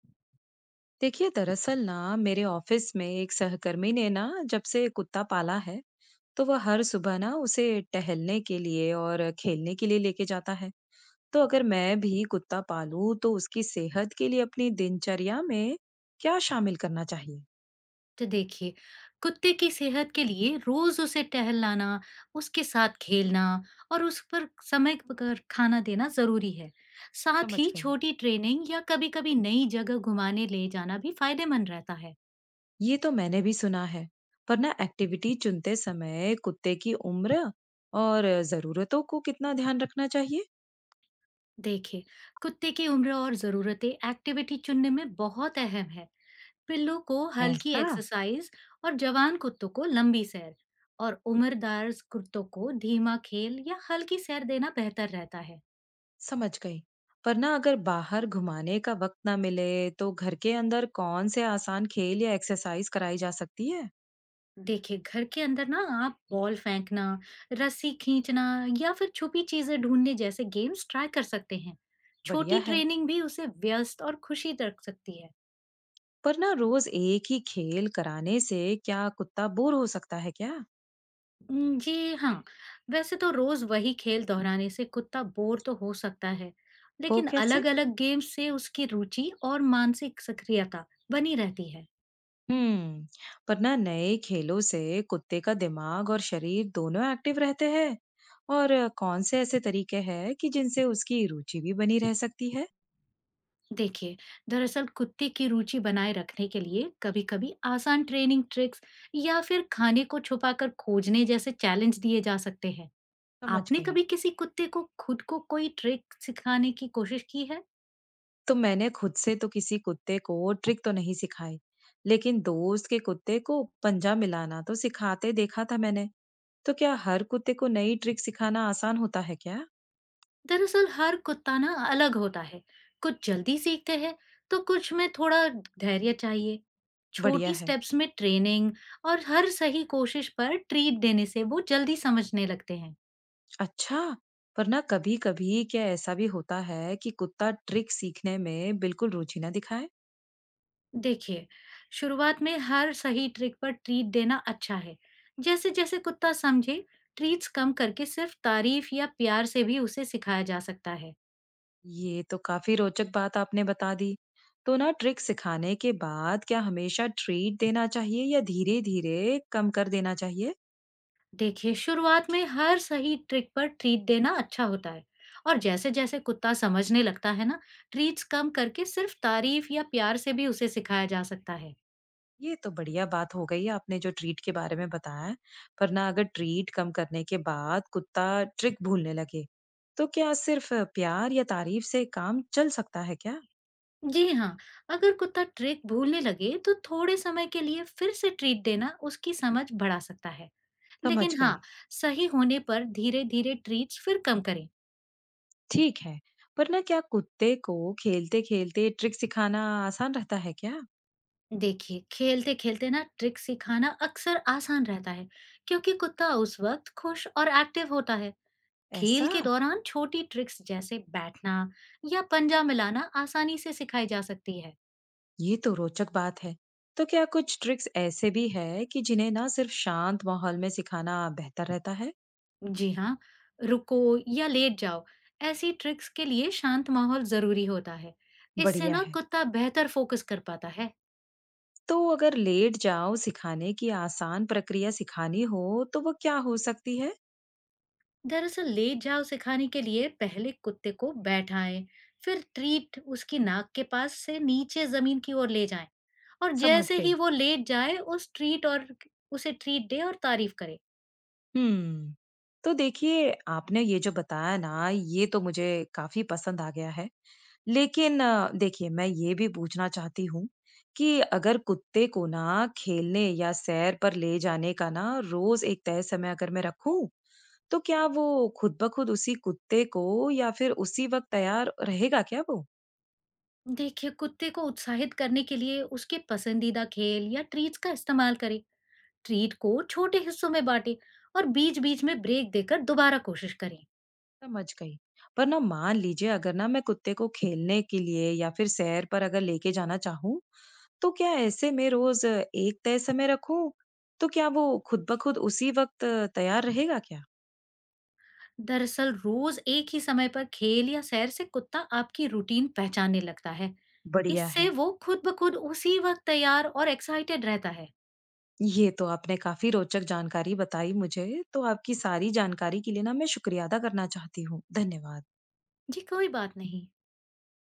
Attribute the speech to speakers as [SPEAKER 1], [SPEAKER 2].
[SPEAKER 1] देखिए दरअसल ना, मेरे ऑफिस में एक सहकर्मी ने ना जब से कुत्ता पाला है, तो वह हर सुबह ना उसे टहलने के लिए और खेलने के लिए लेके जाता है। तो अगर मैं भी कुत्ता पालूं तो उसकी सेहत के लिए अपनी दिनचर्या में क्या शामिल करना चाहिए।
[SPEAKER 2] तो देखिए, कुत्ते की सेहत के लिए रोज उसे टहलाना, उसके साथ खेलना और उस पर समय पर खाना देना जरूरी है। साथ
[SPEAKER 1] समझ
[SPEAKER 2] ही
[SPEAKER 1] गई।
[SPEAKER 2] छोटी ट्रेनिंग या कभी कभी नई जगह घुमाने ले जाना भी फायदेमंद रहता है।
[SPEAKER 1] ये तो मैंने भी सुना है। पर ना एक्टिविटी चुनते समय कुत्ते की उम्र और जरूरतों को कितना ध्यान रखना चाहिए।
[SPEAKER 2] देखिए, कुत्ते की उम्र और जरूरतें एक्टिविटी चुनने में बहुत अहम है। पिल्लों को हल्की
[SPEAKER 1] ऐसा।
[SPEAKER 2] एक्सरसाइज और जवान कुत्तों को लंबी सैर और उम्रदार कुत्तों को धीमा खेल या हल्की सैर देना बेहतर रहता है।
[SPEAKER 1] समझ गई। पर ना अगर बाहर घुमाने का वक्त ना मिले, तो घर के अंदर कौन से आसान खेल या एक्सरसाइज कराई जा सकती है?
[SPEAKER 2] देखिए, घर के अंदर ना आप बॉल फेंकना, रस्सी खींचना या फिर छुपी चीजें ढूंढने जैसे गेम्स ट्राई कर सकते हैं।
[SPEAKER 1] बढ़िया
[SPEAKER 2] छोटी
[SPEAKER 1] है।
[SPEAKER 2] ट्रेनिंग भी उसे व्यस्त और खुशी रख सकती है।
[SPEAKER 1] पर ना रोज एक ही खेल कराने से क्या कुत्ता बोर हो सकता है क्या?
[SPEAKER 2] जी हाँ। वैसे तो रोज वही खेल दोहराने से कुत्ता बोर तो हो सकता है,
[SPEAKER 1] वो
[SPEAKER 2] लेकिन
[SPEAKER 1] कैसे?
[SPEAKER 2] अलग अलग गेम्स से उसकी रुचि और मानसिक सक्रियता बनी रहती है।
[SPEAKER 1] हम्म। पर ना नए खेलों से कुत्ते का दिमाग और शरीर दोनों एक्टिव रहते हैं। और कौन से ऐसे तरीके हैं कि जिनसे उसकी रुचि भी बनी रह सकती है?
[SPEAKER 2] देखिए, दरअसल कुत्ते की रुचि बनाए रखने के लिए कभी-कभी आसान ट्रेनिंग ट्रिक्स या फिर खाने को छुपाकर खोजने जैसे चैलेंज दिए जा सकते हैं।
[SPEAKER 1] समझ
[SPEAKER 2] आपने
[SPEAKER 1] गई।
[SPEAKER 2] कभी किसी कुत्ते को खुद को कोई ट्रिक सिखाने की कोशिश की है?
[SPEAKER 1] तो मैंने खुद से तो किसी कुत्ते को ट्रिक तो नहीं सिखाई, लेकिन दोस्त के कुत्ते को पंजा मिलाना तो सिखाते देखा था मैंने। तो क्या हर कुत्ते को नई ट्रिक सिखाना आसान होता है क्या?
[SPEAKER 2] दरअसल हर कुत्ता ना अलग होता है। कुछ जल्दी सीखते हैं तो कुछ में थोड़ा धैर्य चाहिए।
[SPEAKER 1] बढ़िया
[SPEAKER 2] छोटी
[SPEAKER 1] है।
[SPEAKER 2] स्टेप्स में ट्रेनिंग और हर सही कोशिश पर ट्रीट देने से वो जल्दी समझने लगते हैं।
[SPEAKER 1] अच्छा, पर ना कभी-कभी क्या ऐसा भी होता है कि कुत्ता ट्रिक सीखने में बिल्कुल रुचि ना दिखाए?
[SPEAKER 2] देखिए, शुरुआत में हर सही ट्रिक पर ट्रीट देना अच्छा है। जैसे-जैसे कुत्ता समझे, ट्रीट्स कम करके सिर्फ तारीफ या प्यार से भी उसे सिखाया जा सकता है।
[SPEAKER 1] ये तो काफी रोचक बात आपने बता दी। तो ना ट्रिक सिखाने के बाद क्या हमेशा ट्रीट देना चाहिए या धीरे-धीरे कम कर देना चाहिए?
[SPEAKER 2] देखिए, शुरुआत में हर सही ट्रिक पर ट्रीट देना अच्छा होता है, और जैसे-जैसे कुत्ता समझने लगता है ना, ट्रीट्स कम करके सिर्फ तारीफ या प्यार से भी उसे सिखाया जा सकता है।
[SPEAKER 1] ये तो बढ़िया बात हो गई आपने जो ट्रीट के बारे में बताया है। पर ना अगर ट्रीट कम करने के बाद कुत्ता ट्रिक भूलने लगे, तो क्या सिर्फ प्यार या तारीफ से काम चल सकता है क्या?
[SPEAKER 2] जी हाँ, अगर कुत्ता ट्रिक भूलने लगे, तो थोड़े समय के लिए फिर से ट्रीट देना उसकी समझ बढ़ा सकता है।
[SPEAKER 1] समझ
[SPEAKER 2] लेकिन हाँ,
[SPEAKER 1] गई।
[SPEAKER 2] सही होने पर धीरे-धीरे ट्रीट्स फिर कम करें।
[SPEAKER 1] ठीक है। पर ना क्या कुत्ते को खेलते खेलते ट्रिक सिखाना आसान रहता है क्या?
[SPEAKER 2] देखिए, खेलते-खेलते ना ट्रिक सिखाना अक्सर आसान रहता है, क्योंकि कुत्ता उस वक्त खुश और एक्टिव होता है।
[SPEAKER 1] ऐसा।
[SPEAKER 2] खेल के दौरान छोटी ट्रिक्स जैसे बैठना या पंजा मिलाना आसानी से सिखाई जा सकती है।
[SPEAKER 1] ये तो रोचक बात है। तो क्या कुछ ट्रिक्स ऐसे भी है कि जिन्हें ना सिर्फ शांत माहौल में सिखाना बेहतर रहता है?
[SPEAKER 2] जी हाँ, रुको या लेट जाओ, ऐसी ट्रिक्स के लिए शांत माहौल ज़रूरी होता है। इससे
[SPEAKER 1] बढ़िया
[SPEAKER 2] ना
[SPEAKER 1] है।
[SPEAKER 2] कुत्ता बेहतर फोकस कर पाता है।
[SPEAKER 1] तो अगर लेट जाओ सिखाने की आसान प्रक्रिया सिखानी हो, तो वो क्या हो सकती है?
[SPEAKER 2] दरअसल ले जाओ सिखाने के लिए पहले कुत्ते को बैठाएं, फिर ट्रीट उसकी नाक के पास से नीचे जमीन की ओर ले जाएं और
[SPEAKER 1] समझ
[SPEAKER 2] जैसे
[SPEAKER 1] गई।
[SPEAKER 2] ही वो लेट जाए उस ट्रीट और उसे ट्रीट दे और तारीफ करे।
[SPEAKER 1] हम्म। तो देखिए, आपने ये जो बताया ना, ये तो मुझे काफी पसंद आ गया है। लेकिन देखिए, मैं ये भी पूछना चाहती हूँ कि अगर कुत्ते को ना खेलने या सैर पर ले जाने का ना रोज एक तय समय अगर मैं रखूं, तो क्या वो खुद ब खुद उसी कुत्ते को या फिर उसी वक्त तैयार रहेगा क्या वो।
[SPEAKER 2] देखिए, कुत्ते को उत्साहित करने के लिए उसके पसंदीदा खेल या ट्रीट्स का इस्तेमाल करें। ट्रीट को छोटे हिस्सों में बांटे और बीच बीच में ब्रेक देकर दोबारा कोशिश करें।
[SPEAKER 1] समझ गई। पर ना मान लीजिए अगर ना मैं कुत्ते को खेलने के लिए या फिर सैर पर अगर लेके जाना चाहूँ, तो क्या ऐसे में रोज एक तय समय रखूं? तो क्या वो खुद ब खुद उसी वक्त तैयार रहेगा क्या?
[SPEAKER 2] दरअसल रोज एक ही समय पर खेल या सैर से कुत्ता आपकी रूटीन पहचानने लगता है।
[SPEAKER 1] बढ़िया
[SPEAKER 2] इससे
[SPEAKER 1] है।
[SPEAKER 2] वो खुद ब खुद उसी वक्त तैयार और एक्साइटेड रहता है।
[SPEAKER 1] ये तो आपने काफी रोचक जानकारी बताई मुझे। तो आपकी सारी जानकारी के लिए ना मैं शुक्रिया अदा करना चाहती हूँ। धन्यवाद।
[SPEAKER 2] जी, कोई बात नहीं।